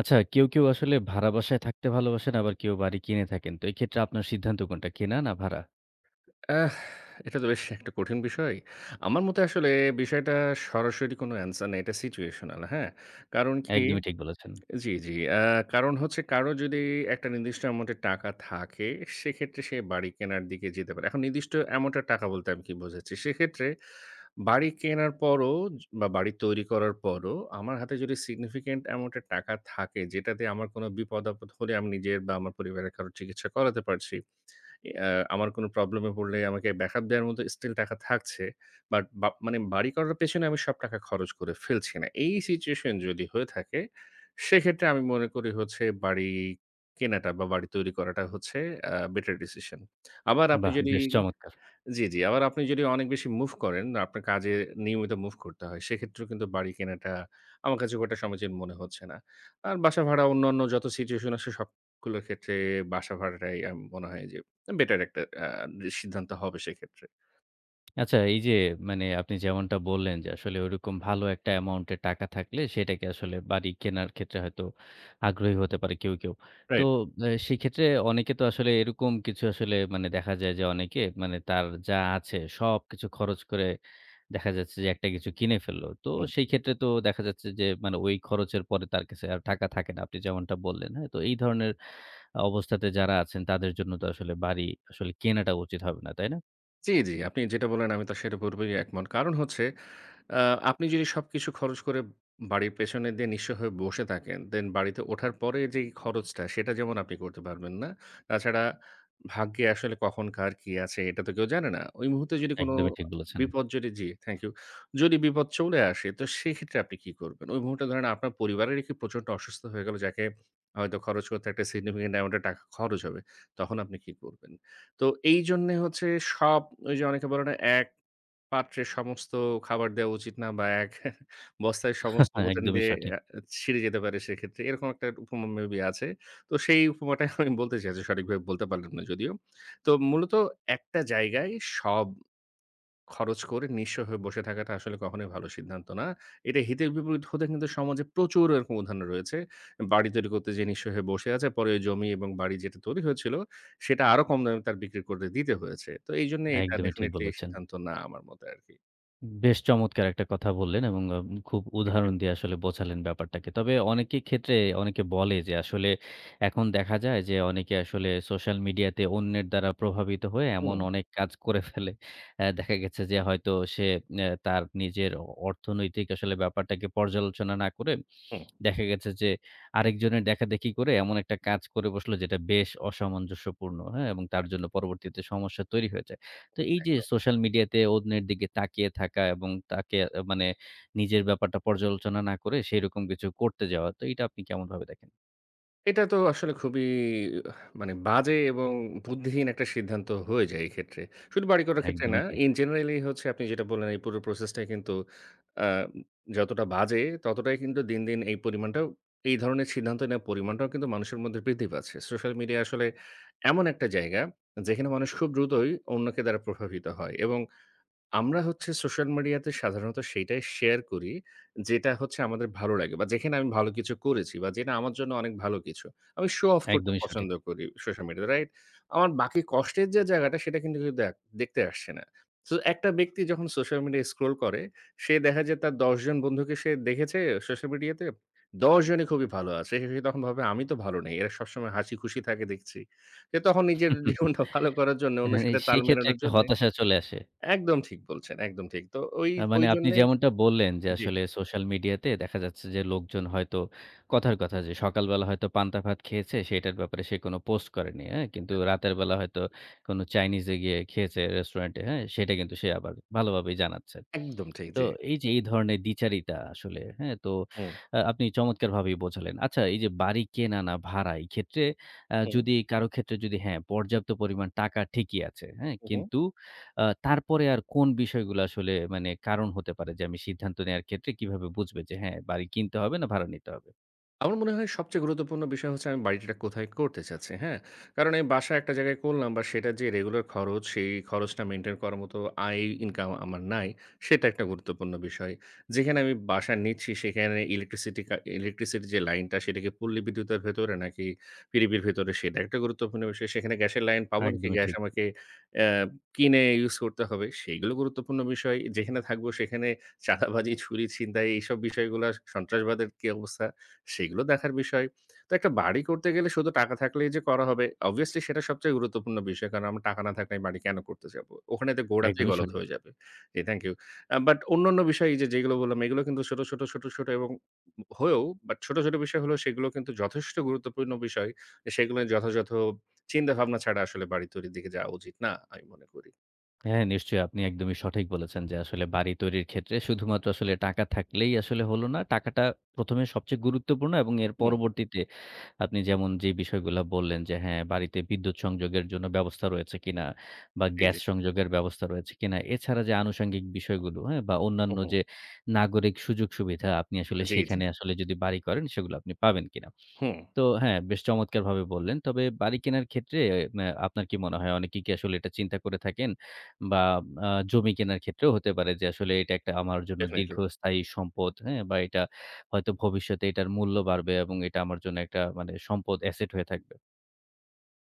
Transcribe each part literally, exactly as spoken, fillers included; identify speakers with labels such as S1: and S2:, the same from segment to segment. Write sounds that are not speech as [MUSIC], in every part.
S1: আচ্ছা, কেউ, কেউ আসলে ভাড়া বাসায় থাকতে ভালোবাসেন, আবার কেউ বাড়ি কিনে থাকেন। তো এক্ষেত্রে আপনার সিদ্ধান্ত কোনটা? কেনা না ভাড়া?
S2: আহ! এটা তো বেশ একটা কঠিন বিষয়। আমার মতে আসলে বিষয়টা সরাসরি কোনো অ্যান্সার না। এটা সিচুয়েশনাল, হ্যাঁ? কারণ কি
S1: একদমই ঠিক বলেছেন।
S2: জি, জি। আ কারণ হচ্ছে কারো যদি একটা নির্দিষ্ট অ্যামাউন্টের টাকা থাকে, সেক্ষেত্রে সে বাড়ি কেনার দিকে যেতে পারে। এখন নির্দিষ্ট অ্যামাউন্টের টাকা বলতে আমি কি বোঝাচ্ছি? সেক্ষেত্রে বাড়ি কেনার পরও য বা বাড়ি তৈরি করার পরও আমার হাতে যদি সিগনিফিক্যান্ট অ্যামাউন্টের টাকা থাকে, যেটা দিয়ে আমার কোনো বিপদ-আপদ হলে আমি নিজের বা আমার পরিবারের কারো চিকিৎসা করাতে পারছি। আ আমার কোনো প্রবলেম এ পড়লে আমাকে ব্যাকআপ দেওয়ার মতো স্টিল টাকা থাকছে। বাট বা মানে বাড়ি করার পেছনে আমি সব টাকা খরচ করে ফেলছি না। এই সিচুয়েশন যদি হয়ে থাকে, সেক্ষেত্রে আমি মনে করি হচ্ছে বাড়ি কেনাটা বা বাড়ি তৈরি করাটা হচ্ছে আ বেটার ডিসিশন। আবার আপনি
S1: বাহ!
S2: যদি
S1: বেশ চমৎকার।
S2: জি, জি। আবার আপনি যদি অনেক বেশি মুভ করেন, আপনার কাজে নিয়মিত মুভ করতে হয়। সেক্ষেত্রেও কিন্তু বাড়ি কেনাটা আমার কাছে খুব একটা সমীচীন মনে হচ্ছে না। আর বাসা ভাড়া অন্যান্য যত সিচুয়েশন আসে সবগুলোর ক্ষেত্রে বাসা ভাড়াটাই আম মনে হয় যে বেটার একটা আ সিদ্ধান্ত হবে সেক্ষেত্রে।
S1: আচ্ছা, এই যে মানে আপনি যেমনটা বললেন যে আসলে ওরকম ভালো একটা অ্যামাউন্ট এর টাকা থাকলে সেটাকে আসলে বাড়ি কেনার ক্ষেত্রে হয়তো আগ্রহী হতে পারে কেউ, কেউ। তো
S2: রাইট?
S1: এ সেক্ষেত্রে অনেকে তো আসলে এরকম কিছু আসলে মানে দেখা যায় যে অনেকে মানে তার যা আছে সবকিছু খরচ করে দেখা যাচ্ছে যে একটা কিছু কিনে ফেললো। তো সেই ক্ষেত্রে তো দেখা যাচ্ছে যে মানে ওই খরচের পরে তার কাছে আর টাকা থাকে না। আপনি যেমনটা বললেন, হ্যাঁ? তো এই ধরনের অবস্থাতে যারা আছেন তাদের জন্য তো আসলে বাড়ি আসলে কেনাটা উচিত হবে না, তাই না?
S2: জি, জি। আপনি যেটা বললেন আমি তার সাথে পুরোপুরি একমত। কারণ হচ্ছে আ আপনি যদি সবকিছু খরচ করে বাড়ির পেছনে দিয়ে নিঃস্ব হয়ে বসে থাকেন, দেন বাড়িতে ওঠার পরে যেই খরচটা সেটা যেমন আপনি করতে পারবেন না। তাছাড়া ভাগ্যে আসলে কখন কার কি আছে এটা তো কেউ জানে না। ওই মুহূর্তে যদি কোনো
S1: একদমই ঠিক বলেছেন।
S2: বিপদ যদি জি, থ্যাংক ইউ। যদি বিপদ চলে আসে তো সেক্ষেত্রে আপনি কি করবেন? ওই মুহূর্তে ধরেন আপনার পরিবারেরই কেউ প্রচন্ড অসুস্থ হয়ে গেল যাকে হয়তো খরচ করতে একটা সিগনিফিকেন্ট অ্যামাউন্ট এর টাকা খরচ হবে। তখন আপনি কি করবেন? তো এইজন্যে হচ্ছে সব ওই যে অনেকে বলে না, এক পাত্রে সমস্ত খাবার দেওয়া উচিত না বা এক বস্তায় সমস্ত
S1: [LAUGHS]
S2: উপাদান
S1: একদমই
S2: দিয়ে
S1: সঠিক।
S2: আ ছিঁড়ে যেতে পারে সেক্ষেত্রে। এরকম একটা উপমা মেবি আছে। তো সেই উপমাটাই আমি বলতে চাইছি। সঠিকভাবে বলতে পারলাম না যদিও। তো মূলত একটা জায়গায় সব খরচ করে নিঃস্ব হয়ে বসে থাকাটা আসলে কখনোই ভালো সিদ্ধান্ত না। এটা হিতের বিপরীত হতে কিন্তু সমাজে প্রচুর এরকম উদাহরণ রয়েছে। বাড়ি তৈরি করতে যেয়ে নিঃস্ব হয়ে বসে আছে। পরে ওই জমি এবং বাড়ি যেটা তৈরি হয়েছিল, সেটা আরো কম দামে তার বিক্রি করে দিতে হয়েছে। তো এইজন্য এটা
S1: একদমই ঠিক
S2: ডেফিনিটলি
S1: বলেছেন।
S2: সিদ্ধান্ত না আমার মতে আরকি।
S1: বেশ চমৎকার একটা কথা বললেন এবং আ খুব
S2: থ্যাংক ইউ।
S1: উদাহরণ দিয়ে আসলে বোঝালেন ব্যাপারটাকে। তবে অনেকের ক্ষেত্রে অনেকে বলে যে আসলে এখন দেখা যায় যে অনেকে আসলে সোশ্যাল মিডিয়াতে অন্যের দ্বারা প্রভাবিত হয়ে এমন
S2: হুম,
S1: অনেক কাজ করে ফেলে। অ্যা দেখা গেছে যে হয়তো সে অ্যা তার নিজের অ অর্থনৈতিক আসলে ব্যাপারটাকে পর্যালোচনা না করে
S2: হুম,
S1: দেখা গেছে যে আরেকজনের দেখাদেখি করে এমন একটা কাজ করে বসলো যেটা বেশ অসামঞ্জস্যপূর্ণ, হ্যাঁ? এবং তার জন্য পরবর্তীতে সমস্যা তৈরি হয়ে যায়। তো এই যে
S2: একদম।
S1: সোশ্যাল মিডিয়াতে অন্যের দিকে তাকিয়ে থাকা এবং তাকে আ মানে নিজের ব্যাপারটা পর্যালোচনা না করে সেইরকম কিছু করতে যাওয়া, তো এটা আপনি কেমনভাবে দেখেন?
S2: এটা তো আসলে খুবই মানে বাজে এবং বুদ্ধিহীন একটা সিদ্ধান্ত হয়ে যায় এই ক্ষেত্রে। শুধু বাড়ি করার ক্ষেত্রে না,
S1: একদমই ঠিক।
S2: ইন জেনারেলি হচ্ছে আপনি যেটা বললেন এই পুরো প্রসেসটাই কিন্তু আ যতটা বাজে ততটাই কিন্তু দিন, দিন এই পরিমাণটাও এই ধরনের সিদ্ধান্ত নেওয়ার পরিমাণটাও কিন্তু মানুষের মধ্যে বৃদ্ধি পাচ্ছে। সোশ্যাল মিডিয়া আসলে এমন একটা জায়গা যেখানে মানুষ খুব দ্রুতই অন্যকে দ্বারা প্রভাবিত হয় এবং আমরা হচ্ছে সোশ্যাল মিডিয়াতে সাধারণত সেইটাই শেয়ার করি, যেটা হচ্ছে আমাদের ভালো লাগে বা যেখানে আমি ভালো কিছু করেছি বা যেটা আমার জন্য অনেক ভালো কিছু। আমি শো অফ করতে
S1: একদমই সঠিক।
S2: পছন্দ করি সোশ্যাল মিডিয়াতে, রাইট? আমার বাকি কষ্টের যে জায়গাটা সেটা কিন্তু কেউ দেখ দেখতে আসছে না। সো একটা ব্যক্তি যখন সোশ্যাল মিডিয়ায় স্ক্রল করে, সে দেখা যায় তার দশ জন বন্ধুকে সে দেখেছে সোশ্যাল মিডিয়াতে, দশ জনই খুবই ভালো আছে। সে তখন ভাবে আমি তো ভালো নেই। এরা সবসময় হাসি খুশি থাকে দেখছি। সে তখন নিজের [LAUGHS] জীবনটা
S1: [LAUGHS]
S2: ভালো করার জন্য
S1: হ্যাঁ,
S2: অন্যের
S1: এ
S2: সাথে তাল
S1: সেক্ষেত্রে
S2: মেলানোর
S1: একটা
S2: জন্যে
S1: হতাশা চলে আসে।
S2: একদম ঠিক বলছেন, একদম ঠিক। তো ওই
S1: আ মানে আপনি
S2: ওইজন্যে
S1: যেমনটা বললেন যে,
S2: জি,
S1: আসলে সোশ্যাল মিডিয়াতে দেখা যাচ্ছে যে, লোকজন হয়তো কথার কথা যে, সকালবেলা হয়তো পান্তা ভাত খেয়েছে, সেটার ব্যাপারে সে কোনো পোস্ট করেনি, হ্যাঁ? কিন্তু রাতের বেলা হয়তো কোনো চাইনিজে গিয়ে খেয়েছে রেস্টুরেন্টে, হ্যাঁ? সেটা কিন্তু সে আবার ভালোভাবেই জানাচ্ছে।
S2: একদম ঠিক।
S1: তো
S2: জি।
S1: এই যে এই ধরনের দ্বিচারিতা আসলে, হ্যাঁ? তো
S2: হুম,
S1: আ আপনি চমৎকারভাবেই বোঝালেন। আচ্ছা এই যে বাড়ি কেনা না ভাড়া এই ক্ষেত্রে আ
S2: হুম,
S1: যদি কারো ক্ষেত্রে যদি হ্যাঁ, পর্যাপ্ত পরিমাণ টাকা ঠিকই আছে, হ্যাঁ?
S2: হু, হু।
S1: কিন্তু আ তারপরে আর কোন বিষয়গুলো আসলে মানে কারণ হতে পারে যে আমি সিদ্ধান্ত নেওয়ার ক্ষেত্রে কিভাবে বুঝবে যে হ্যাঁ, বাড়ি কিনতে হবে না ভাড়া নিতে হবে?
S2: আমার মনে হয় সবচেয়ে গুরুত্বপূর্ণ বিষয় হচ্ছে আমি বাড়িটা কোথায় করতে চাচ্ছি, হ্যাঁ? কারণ এই বাসা একটা জায়গায় করলাম বা সেটার যে রেগুলার খরচ, সেই খরচটা মেইনটেইন করার মতো আয় ইনকাম আমার নাই, সেটা একটা গুরুত্বপূর্ণ বিষয়। যেখানে আমি বাসা নিচ্ছি সেখানে ইলেকট্রিসিটি কা ইলেকট্রিসিটির যে লাইনটা সেটা কি পল্লী বিদ্যুতের ভেতরে নাকি পিরীবির ভেতরে সেটা একটা গুরুত্বপূর্ণ বিষয়। সেখানে গ্যাসের লাইন পাবো নাকি
S1: একদমই
S2: গ্যাস
S1: ঠিক।
S2: আমাকে অ্যা কিনে ইউজ করতে হবে, সেইগুলো গুরুত্বপূর্ণ বিষয়। যেখানে থাকবো সেখানে চাঁদাবাজি, চুরি, ছিনতাই এইসব বিষয়গুলা সন্ত্রাসবাদের কি অবস্থা সেগুলো দেখার বিষয়। তো একটা বাড়ি করতে গেলে শুধু টাকা থাকলেই যে করা হবে, obviously সেটা সবচেয়ে গুরুত্বপূর্ণ বিষয়। কারণ আমরা টাকা না থাকলে এই বাড়ি কেন করতে যাব? ওখানে তো গোড়াতেই
S1: একদমই
S2: গলদ
S1: সঠিক।
S2: হয়ে যাবে। জি, থ্যাংক ইউ। আ বাট অন্যান্য বিষয় এই যে যেগুলো বললাম, এগুলো কিন্তু ছোট, ছোট, ছোট, ছোট এবং হয়েও বাট ছোট, ছোট বিষয় হলেও সেগুলো কিন্তু যথেষ্ট গুরুত্বপূর্ণ বিষয়। যে সেগুলো যথাযথ চিন্তাভাবনা ছাড়া আসলে বাড়ি তৈরির দিকে যাওয়া উচিত না, আমি মনে করি।
S1: হ্যাঁ, নিশ্চয়ই আপনি একদমই সঠিক বলেছেন যে আসলে বাড়ি তৈরির ক্ষেত্রে শুধুমাত্র আসলে টাকা থাকলেই আসলে হলো না। টাকাটা প্রথম এ সবচেয়ে গুরুত্বপূর্ণ এবং এর
S2: হুম,
S1: পরবর্তীতে আপনি যেমন যে বিষয়গুলা বললেন যে হ্যাঁ, বাড়িতে বিদ্যুৎ সংযোগের জন্য ব্যবস্থা রয়েছে কিনা বা
S2: জি,
S1: গ্যাস
S2: জি।
S1: সংযোগের ব্যবস্থা রয়েছে কিনা। এছাড়া যে আনুষঙ্গিক বিষয়গুলো, হ্যাঁ? বা
S2: হুম,
S1: অন্যান্য
S2: হুম।
S1: যে নাগরিক সুযোগ-সুবিধা আপনি আসলে
S2: জি, জি।
S1: সেখানে আসলে যদি বাড়ি করেন সেগুলো আপনি পাবেন কিনা।
S2: হুম,
S1: তো হ্যাঁ, বেশ চমৎকারভাবে বললেন। তবে বাড়ি কেনার ক্ষেত্রে ম্যা আপনার কি মনে হয় অনেকে কি আসলে এটা চিন্তা করে থাকেন? বা আ জমি কেনার ক্ষেত্রেও হতে পারে যে আসলে এটা একটা আমার জন্য
S2: ডেফিনিটলি।
S1: দীর্ঘস্থায়ী সম্পদ, হ্যাঁ? বা এটা হয়তো ভবিষ্যতে এটার মূল্য বাড়বে এবং এটা আমার জন্য একটা মানে সম্পদ অ্যাসেট হয়ে থাকবে।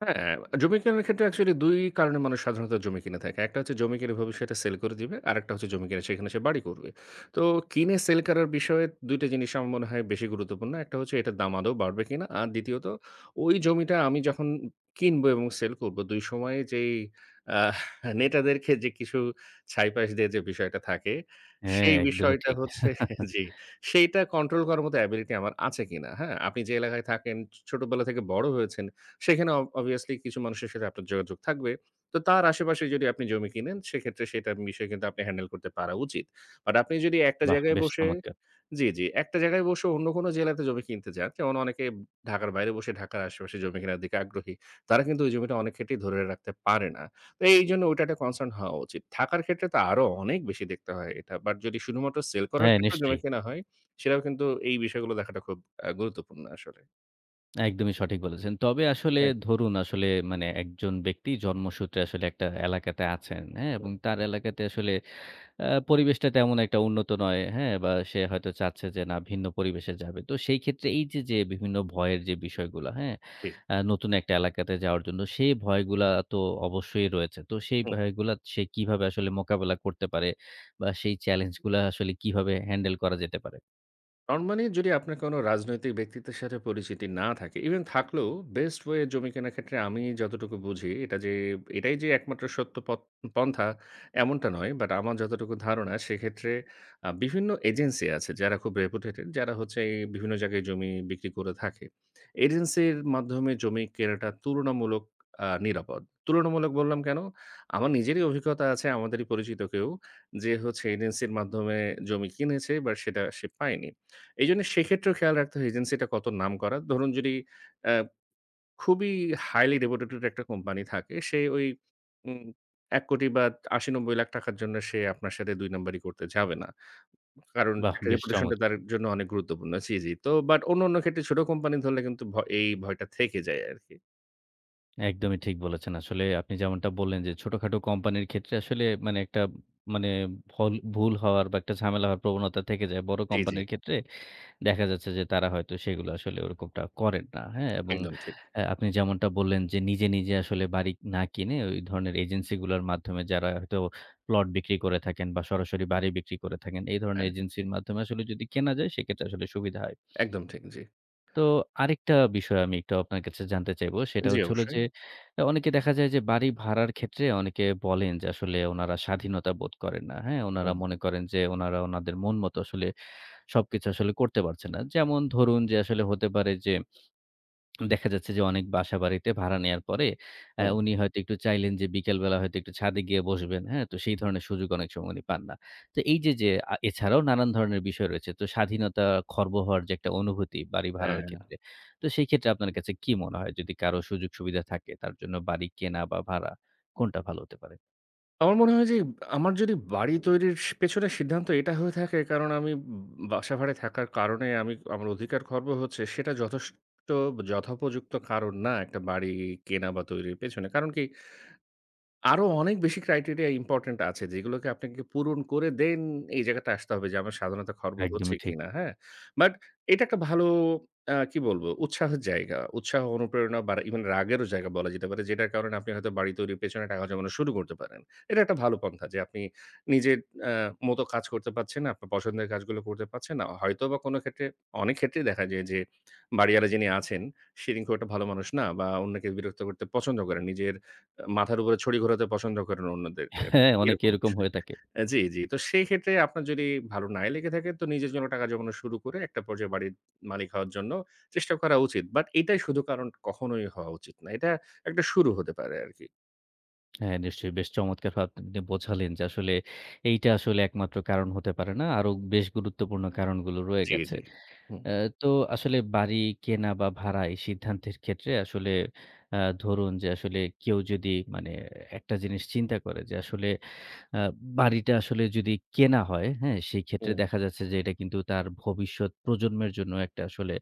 S2: হ্যাঁ, জমি কেনার ক্ষেত্রে অ্যাকচুয়ালি দুই কারণে মানুষ সাধারণত জমি কিনে থাকে। একটা হচ্ছে জমি কিনে ভবিষ্যতে সেল করে দিবে। আরেকটা হচ্ছে জমি কিনে সেখানে সে বাড়ি করবে। তো কিনে সেল করার বিষয়ে দু টা জিনিস আমার মনে হয় বেশি গুরুত্বপূর্ণ। একটা হচ্ছে এটার দাম আদৌ বাড়বে কিনা? আর দ্বিতীয়ত ওই জমিটা আমি যখন কিনবো এবং সেল করব দুই সময়ে যেই আহ নেতাদেরকে যে কিছু ছাইপাশ দিয়ে যে বিষয়টা থাকে,
S1: হ্যাঁ,
S2: সেই
S1: একদমই
S2: বিষয়টা
S1: ঠিক।
S2: হচ্ছে [LAUGHS] জি, সেইটা কন্ট্রোল করার মতো অ্যাবিলিটি আমার আছে কিনা? হ্যাঁ? আপনি যে এলাকায় থাকেন, ছোটবেলা থেকে বড় হয়েছেন সেখানে অব obviously কিছু মানুষের সাথে আপনার যোগাযোগ থাকবে। তো তার আশেপাশে যদি আপনি জমি কিনেন সেক্ষেত্রে সেটার বিষয় কিন্তু আপনি হ্যান্ডেল করতে পারা উচিত। বাট আপনি যদি একটা
S1: বাহ!
S2: জায়গায়
S1: বেশ
S2: বসে
S1: চমৎকার।
S2: জি, জি, একটা জায়গায় বসে অন্য কোনো জেলাতে জমি কিনতে চান, যেমন অনেকে ঢাকার বাইরে বসে ঢাকার আশেপাশে জমি কেনার দিকে আগ্রহী। তারা কিন্তু ওই জমিটা অনেক ক্ষেত্রেই ধরে রাখতে পারে না। তো এইজন্য ওইটা একটা কনসার্ন হওয়া উচিত। থাকার ক্ষেত্রে তো আরো অনেক বেশি দেখতে হয় এটা। বাট যদি শুধুমাত্র সেল করার
S1: হ্যাঁ,
S2: ক্ষেত্রে জমি
S1: নিশ্চয়ই।
S2: কেনা হয়, সেটাও কিন্তু এই বিষয়গুলো দেখাটা খুব আ গুরুত্বপূর্ণ আসলে।
S1: একদমই সঠিক বলেছেন। তবে আসলে
S2: থ্যাংক ইউ।
S1: ধরুন আসলে মানে একজন ব্যক্তি জন্মসূত্রে আসলে একটা এলাকাতে আছেন, হ্যাঁ? এবং তার এলাকাতে আসলে আ পরিবেশটা তেমন একটা উন্নত নয়, হ্যাঁ? বা সে হয়তো চাচ্ছে যে না ভিন্ন পরিবেশে যাবে। তো সেই ক্ষেত্রে এই যে, যে বিভিন্ন ভয়ের যে বিষয়গুলা, হ্যাঁ?
S2: জি।
S1: আ নতুন একটা এলাকাতে যাওয়ার জন্য সেই ভয়গুলা তো অবশ্যই রয়েছে। তো সেই ভয়গুলা সে কিভাবে আসলে মোকাবেলা করতে পারে বা সেই চ্যালেঞ্জগুলা আসলে কিভাবে হ্যান্ডেল করা যেতে পারে?
S2: নরমালি যদি আপনার কোনো রাজনৈতিক ব্যক্তিত্বের সাথে পরিচিতি না থাকে, ইভেন থাকলেও বেস্ট ওয়ে জমি কেনার ক্ষেত্রে আমি যতটুকু বুঝি এটা যে এটাই যে একমাত্র সত্য পথ পন্থা এমনটা নয়। বাট আমার যতটুকু ধারণা সেক্ষেত্রে আ বিভিন্ন এজেন্সি আছে যারা খুব রেপুটেটেড যারা হচ্ছে এই বিভিন্ন জায়গায় জমি বিক্রি করে থাকে। এজেন্সির মাধ্যমে জমি কেনাটা তুলনামূলক আ নিরাপদ। তুলনামূলক বললাম কেন? আমার নিজেরই অভিজ্ঞতা আছে আমাদেরই পরিচিত কেউ যে হচ্ছে এজেন্সির মাধ্যমে জমি কিনেছে বাট সেটা সে পায়নি। এইজন্য সেক্ষেত্রেও খেয়াল রাখতে হয় এজেন্সিটা কত নামকরা। ধরুন যদি আ খুবই highly reputed একটা কোম্পানি থাকে, সে ওই উম এক কোটি টাকা বা আশি কোটি নব্বই লাখ টাকা র জন্য সে আপনার সাথে দুই নাম্বারি করতে যাবে না। কারণ
S1: বাহ!
S2: একটা
S1: বেশ
S2: রেপুটেশনটা তার
S1: চমৎকার।
S2: জন্য অনেক গুরুত্বপূর্ণ। জি, জি। তো বাট অন্যান্য ক্ষেত্রে ছোট কোম্পানি ধরলে কিন্তু ভ এই ভয়টা থেকে যায় আরকি।
S1: একদমই ঠিক বলেছেন। আসলে আপনি যেমনটা বললেন যে ছোটখাটো কোম্পানির ক্ষেত্রে আসলে মানে একটা মানে ভল ভুল হওয়ার বা একটা ঝামেলা হওয়ার প্রবণতা থেকে যায়। বড়
S2: জি, জি।
S1: কোম্পানির ক্ষেত্রে দেখা যাচ্ছে যে তারা হয়তো সেগুলো আসলে ওরকমটা করেন না। হ্যাঁ? এবং
S2: একদম ঠিক।
S1: অ্যা আপনি যেমনটা বললেন যে নিজে, নিজে আসলে বাড়ি না কিনে ওই ধরনের এজেন্সিগুলোর মাধ্যমে যারা হয়তো প্লট বিক্রি করে থাকেন বা সরাসরি বাড়ি বিক্রি করে থাকেন। এই ধরনের
S2: হ্যাঁ,
S1: এজেন্সির মাধ্যমে আসলে যদি কেনা যায় সেক্ষেত্রে আসলে সুবিধা হয়।
S2: একদম ঠিক। জি।
S1: তো আরেকটা বিষয় আমি একটু আপনার কাছে জানতে চাইবো সেটা
S2: জি,
S1: হচ্ছে হলো
S2: অবশ্যই।
S1: যে অ্যা অনেকে দেখা যায় যে বাড়ি ভাড়ার ক্ষেত্রে অনেকে বলেন যে আসলে উনারা স্বাধীনতা বোধ করেন না। হ্যাঁ? উনারা
S2: হুম,
S1: মনে করেন যে উনারা উনাদের মন মতো আসলে সবকিছু আসলে করতে পারছে না। যেমন ধরুন যে আসলে হতে পারে যে দেখা যাচ্ছে যে অনেক বাসাবাড়িতে ভাড়া নেয়ার পরে আ
S2: হুম।
S1: উনি হয়তো একটু চাইলেন যে বিকেলবেলা হয়তো একটু ছাদে গিয়ে বসবেন। হ্যাঁ? তো সেই ধরনের সুযোগ অনেক সময় উনি পান না। তো এই যে, যে আ এছাড়াও নানান ধরনের বিষয় রয়েছে। তো স্বাধীনতা খর্ব হওয়ার যে একটা অনুভূতি বাড়ি ভাড়ার
S2: হ্যাঁ।
S1: ক্ষেত্রে। তো সেই ক্ষেত্রে আপনার কাছে কি মনে হয় যদি কারো সুযোগ সুবিধা থাকে তার জন্য বাড়ি কেনা বা ভাড়া কোনটা ভালো হতে পারে?
S2: আমার মনে হয় যে, আমার যদি বাড়ি তৈরির সি পেছনে সিদ্ধান্ত এটা হয়ে থাকে কারণ আমি উম বাসা ভাড়ায় থাকার কারণে আমি আমার অধিকার খর্ব হচ্ছে, সেটা যথেষ্ট যথোপযুক্ত কারণ না একটা বাড়ি কেনা বা তৈরির পেছনে। কারণ কি আরো অনেক বেশি ক্রাইটেরিয়া ইম্পোর্টেন্ট আছে যেগুলোকে আপনাকে পূরণ করে দেন এই জায়গাতে আসতে হবে যে আমার স্বাধীনতা খর্ব হচ্ছে
S1: একদমই ঠিক।
S2: কিনা, হ্যাঁ? বাট এটা একটা ভালো আ কি বলবো? উৎসাহের জায়গা, উৎসাহ, অনুপ্রেরণা বা ইভেন রাগেরও জায়গা বলা যেতে পারে। যেটার কারণে আপনি হয়তো বাড়ি তৈরির পেছনে টাকা জমানো শুরু করতে পারেন। এটা একটা ভালো পন্থা যে আপনি নিজের আ মতো কাজ করতে পারছেন না, আপনার পছন্দের কাজগুলো করতে পারছেন না। হয়তোবা কোনো ক্ষেত্রে অনেক ক্ষেত্রেই দেখা যায় যে বাড়িওয়ালা যিনি আছেন, তিনি খুব একটা ভালো মানুষ না বা অন্যকে বিরক্ত করতে পছন্দ করেন। নিজের মাথার উপরে ছড়ি ঘোরাতে পছন্দ করেন অন্যদের। এ
S1: হ্যাঁ, অনেকে
S2: এরকম
S1: এরকম
S2: বিষয়।
S1: হয়ে থাকে।
S2: আ জি, জি। তো সেই ক্ষেত্রে আপনার যদি ভালো নাই লেগে থাকে তো নিজের জন্য টাকা জমানো শুরু করে একটা পর্যায়ে বাড়ির মালিক হওয়ার জন্য চেষ্টা করা উচিত। বাট এটাই শুধু কারণ কখনোই হওয়া উচিত না। এটা একটা শুরু হতে পারে আরকি।
S1: হ্যাঁ, নিশ্চয়ই বেশ চমৎকারভাবে আপনি বোঝালেন যে আসলে এইটা আসলে একমাত্র কারণ হতে পারে না। আরো বেশ গুরুত্বপূর্ণ কারণগুলো রয়ে
S2: জি,
S1: গেছে।
S2: জি। হুম।
S1: আ তো আসলে বাড়ি কেনা বা ভাড়া এই সিদ্ধান্তের ক্ষেত্রে আসলে আ ধরুন যে আসলে কেউ যদি মানে একটা জিনিস চিন্তা করে যে আসলে আ বাড়িটা আসলে যদি কেনা হয়, হ্যাঁ? সেই ক্ষেত্রে
S2: হুম।
S1: দেখা যাচ্ছে যে এটা কিন্তু তার ভবিষ্যৎ প্রজন্মের জন্য একটা আসলে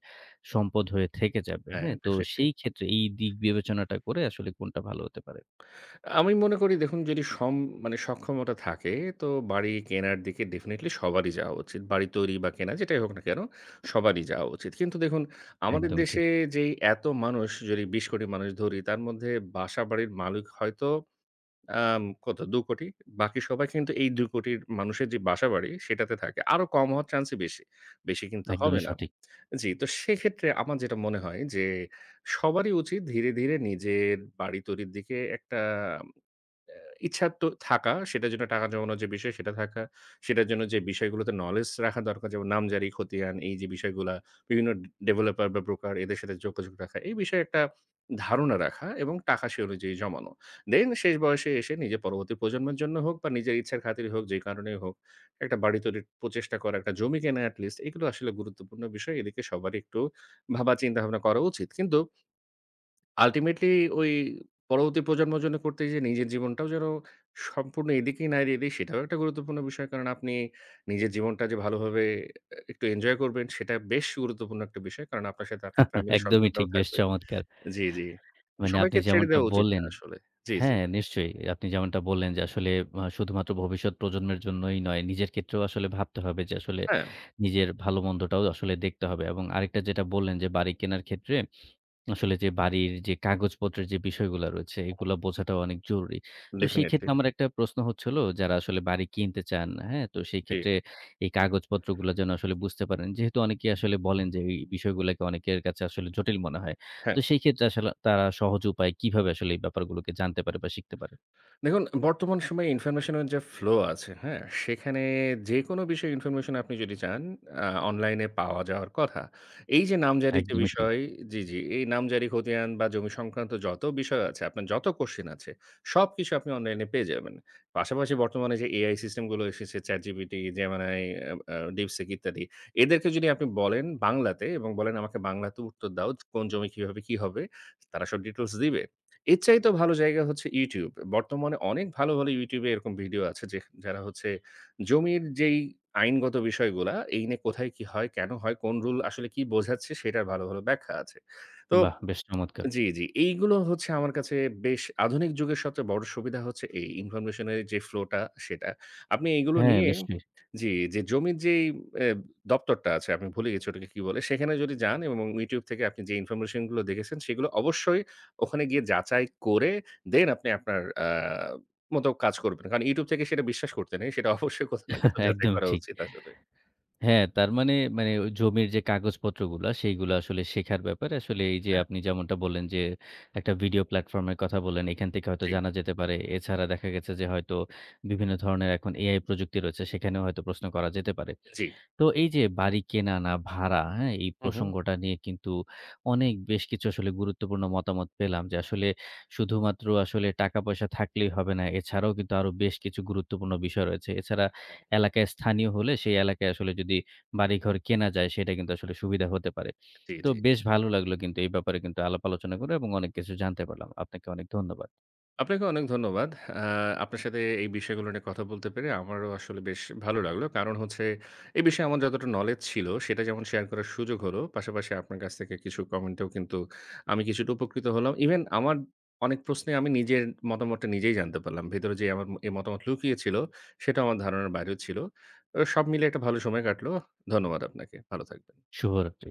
S1: সম্পদ হয়ে থেকে যাবে।
S2: হ্যাঁ,
S1: হ্যাঁ? তো
S2: ডেফিনিটলি।
S1: সেই ক্ষেত্রে এই দিক বিবেচনাটা করে আসলে কোনটা ভালো হতে পারে।
S2: আমি মনে করি দেখুন যদি সম মানে সক্ষমতা থাকে তো বাড়ি কেনার দিকে ডেফিনিটলি সবারই যাওয়া উচিত। বাড়ি তৈরি বা কেনা যেটাই হোক না কেন সবারই যাওয়া উচিত। কিন্তু দেখুন আমাদের
S1: একদমই ঠিক।
S2: দেশে যেই এত মানুষ যদি বিশ কোটি মানুষ ধরি তার মধ্যে বাসাবাড়ির মালিক হয়তো আম কত দুই কোটি। বাকি সবাই কিন্তু এই দুই কোটির মানুষের যে বাসাবাড়ি সেটাতে থাকে। আরো কম হওয়ার চান্সই বেশি। বেশি কিন্তু হবে
S1: একদমই
S2: না।
S1: সঠিক।
S2: জি, তো সেক্ষেত্রে আমার যেটা মনে হয় যে সবারই উচিত ধীরে, ধীরে নিজের বাড়ি তৈরির দিকে একটা ইচ্ছা তো থাকা, সেটার জন্য টাকা জমানোর যে বিষয় সেটা থাকা। সেটার জন্য যে বিষয়গুলোতে নলেজ রাখা দরকার যেমন নামজারি, খতিয়ান এই যে বিষয়গুলা বিভিন্ন ডে ডেভেলপার বা ব্রোকার এদের সাথে যোগাযোগ রাখা। এই বিষয়ে একটা ধারণা রাখা এবং টাকা সে অনুযায়ী জমানো। দেন শেষ বয়সে এসে নিজের পরবর্তী প্রজন্মের জন্য হোক বা নিজের ইচ্ছার খাতিরে হোক যে কারণেই হোক, একটা বাড়ি তৈরির প্রচেষ্টা করা, একটা জমি কেনা এট লিস্ট এগুলো আসলে গুরুত্বপূর্ণ বিষয়। এদিকে সবারই একটু ভাবা চিন্তা ভাবনা করা উচিত। কিন্তু আল্টিমেটলি ওই পরবর্তী প্রজন্মের জন্য করতে যেয়ে নিজের জীবনটাও যেন সম্পূর্ণ এদিকেই না এড়িয়ে দেই, সেটাও একটা গুরুত্বপূর্ণ বিষয়। কারণ আপনি নিজের জীবনটা যে ভালোভাবে অ্যা একটু এনজয় করবেন, সেটা বেশ গুরুত্বপূর্ণ একটা বিষয়। কারণ আপনার সাথে আপনার
S1: [LAUGHS]
S2: ফ্যামিলি
S1: একদমই ঠিক।
S2: সন্তানরাও
S1: বেশ
S2: থাকবে।
S1: চমৎকার।
S2: জি, জি।
S1: মানে আপনি
S2: সবাইকে ছেড়ে
S1: যেমনটা
S2: দেওয়া উচিত না
S1: বললেন
S2: আসলে। জি, জি।
S1: হ্যাঁ, নিশ্চয়ই। আপনি যেমনটা বললেন যে আসলে আ শুধুমাত্র ভবিষ্যৎ প্রজন্মের জন্যই নয়, নিজের ক্ষেত্রেও আসলে ভাবতে হবে যে আসলে
S2: হ্যাঁ,
S1: নিজের ভালো-মন্দটাও আসলে দেখতে হবে এবং আরেকটা যেটা বললেন যে বাড়ি কেনার ক্ষেত্রে আসলে যে বাড়ির যে কাগজপত্রের যে বিষয়গুলো রয়েছে, এগুলা বোঝাটাও অনেক জরুরি। তো সেই
S2: ডেফিনিটলি।
S1: ক্ষেত্রে আমার একটা প্রশ্ন হচ্ছিল যারা আসলে বাড়ি কিনতে চান, হ্যাঁ? তো সেই
S2: জি,
S1: ক্ষেত্রে এই কাগজপত্রগুলা যেন আসলে বুঝতে পারেন। যেহেতু অনেকেই আসলে বলেন যে এই বিষয়গুলাকে অনেকের কাছে আসলে জটিল মনে হয়। তো
S2: হ্যাঁ।
S1: সেই ক্ষেত্রে আসলে তারা সহজ উপায়ে কিভাবে আসলে এই ব্যাপারগুলোকে জানতে পারে বা শিখতে পারে?
S2: দেখুন, বর্তমান সময়ে ইনফরমেশনের যে ফ্লো আছে, হ্যাঁ? সেখানে যেকোনো বিষয়ে ইনফরমেশন আপনি যদি চান, আ অনলাইনে পাওয়া যাওয়ার কথা। এই যে নামজারির যে
S1: একদমই ঠিক।
S2: বিষয় জি, জি। এই নামজারি, খতিয়ান বা জমি সংক্রান্ত যত বিষয় আছে, আপনার যত কোয়েশ্চেন আছে, সবকিছু আপনি অনলাইনে পেয়ে যাবেন। পাশাপাশি বর্তমানে যে এ আই সিস্টেমগুলো এসেছে, ChatGPT, Gemini, আ আ DeepSeek ইত্যাদি, এদেরকে যদি আপনি বলেন বাংলাতে এবং বলেন, "আমাকে বাংলাতে উত্তর দাও, কোন জমি কিভাবে কি হবে?" তারা সব ডিটেইলস দিবে। এর চাইতেও ভালো জায়গা হচ্ছে YouTube। বর্তমানে অনেক ভালো, ভালো YouTube এ এরকম ভিডিও আছে যে যারা হচ্ছে জমির যেই আইনগত বিষয়গুলা, এই নিয়ে কোথায় কি হয়, কেন হয়, কোন রুল আসলে কি বোঝাচ্ছে সেটার ভালো, ভালো ব্যাখ্যা আছে। তো
S1: বাহ! বেশ চমৎকার।
S2: জি, জি। এইগুলো হচ্ছে আমার কাছে বেশ আধুনিক যুগের সবচেয়ে বড় সুবিধা হচ্ছে এই ইনফরমেশন এর যে ফ্লো টা সেটা। আপনি এইগুলো
S1: হ্যাঁ,
S2: নিয়ে
S1: নিশ্চয়ই।
S2: জি, যে জমির যেই এ দপ্তরটা আছে আমি ভুলে গেছি ওটাকে কি বলে? সেখানে যদি যান এবং YouTube থেকে আপনি যে ইনফরমেশন গুলো দেখেছেন সেগুলো অবশ্যই ওখানে গিয়ে যাচাই করে দেন আপনি আপনার আ মতো কাজ করবেন। কারণ YouTube থেকে সেটা বিশ্বাস করতে নেই। সেটা অবশ্যই কোথাও না কোথাও
S1: [LAUGHS]
S2: যাচাই
S1: একদমই
S2: করা
S1: ঠিক।
S2: উচিত আসলে।
S1: হ্যাঁ, তার মানে, মানে ওই জমির যে কাগজপত্রগুলা, সেইগুলা আসলে শেখার ব্যাপারে আসলে এই যে
S2: হ্যাঁ,
S1: আপনি যেমনটা বললেন যে, একটা ভিডিও প্ল্যাটফর্ম এর কথা বললেন, এখান থেকে হয়তো
S2: জি,
S1: জানা যেতে পারে। এছাড়া দেখা গেছে যে হয়তো বিভিন্ন ধরনের এখন এআই প্রযুক্তি রয়েছে, সেখানেও হয়তো প্রশ্ন করা যেতে পারে।
S2: জি।
S1: তো এই যে বাড়ি কেনা না ভাড়া, হ্যাঁ? এই
S2: হু, হু।
S1: প্রসঙ্গটা নিয়ে কিন্তু অনেক বেশ কিছু আসলে গুরুত্বপূর্ণ মতামত পেলাম যে আসলে শুধুমাত্র আসলে টাকা-পয়সা থাকলেই হবে না। এছাড়াও কিন্তু আরো বেশ কিছু গুরুত্বপূর্ণ বিষয় রয়েছে। এছাড়া
S2: হ্যাঁ,
S1: এলাকায় স্থানীয় হলে সেই এলাকায় আসলে যদি বাড়িঘর কেনা যায় সেটা কিন্তু আসলে সুবিধা হতে পারে।
S2: জি,
S1: তো
S2: জি।
S1: বেশ ভালো লাগলো কিন্তু এই ব্যাপারে কিন্তু আলাপ আলোচনা করে এবং অনেক কিছু জানতে পারলাম। আপনাকে অনেক ধন্যবাদ।
S2: আপনাকে অনেক ধন্যবাদ। আ আপনার সাথে এই বিষয়গুলো নিয়ে কথা বলতে পেরে আমারও আসলে বেশ ভালো লাগলো। কারণ হচ্ছে এই বিষয়ে আমার যতটা নলেজ ছিল সেটা যেমন শেয়ার করার সুযোগ হলো, পাশাপাশি আপনার কাছ থেকে কিছু কমেন্টেও কিন্তু আমি কিছুটা উপকৃত হলাম। ইভেন আমার অনেক প্রশ্নে আমি নিজের মতামতটা নিজেই জানতে পারলাম। ভেতরে যে আমার এই মতামত লুকিয়ে ছিল সেটাও আমার ধারণার বাইরেও ছিল। তো সব মিলে একটা ভালো সময় কাটলো। ধন্যবাদ আপনাকে। ভালো থাকবেন।
S1: শুভরাত্রি।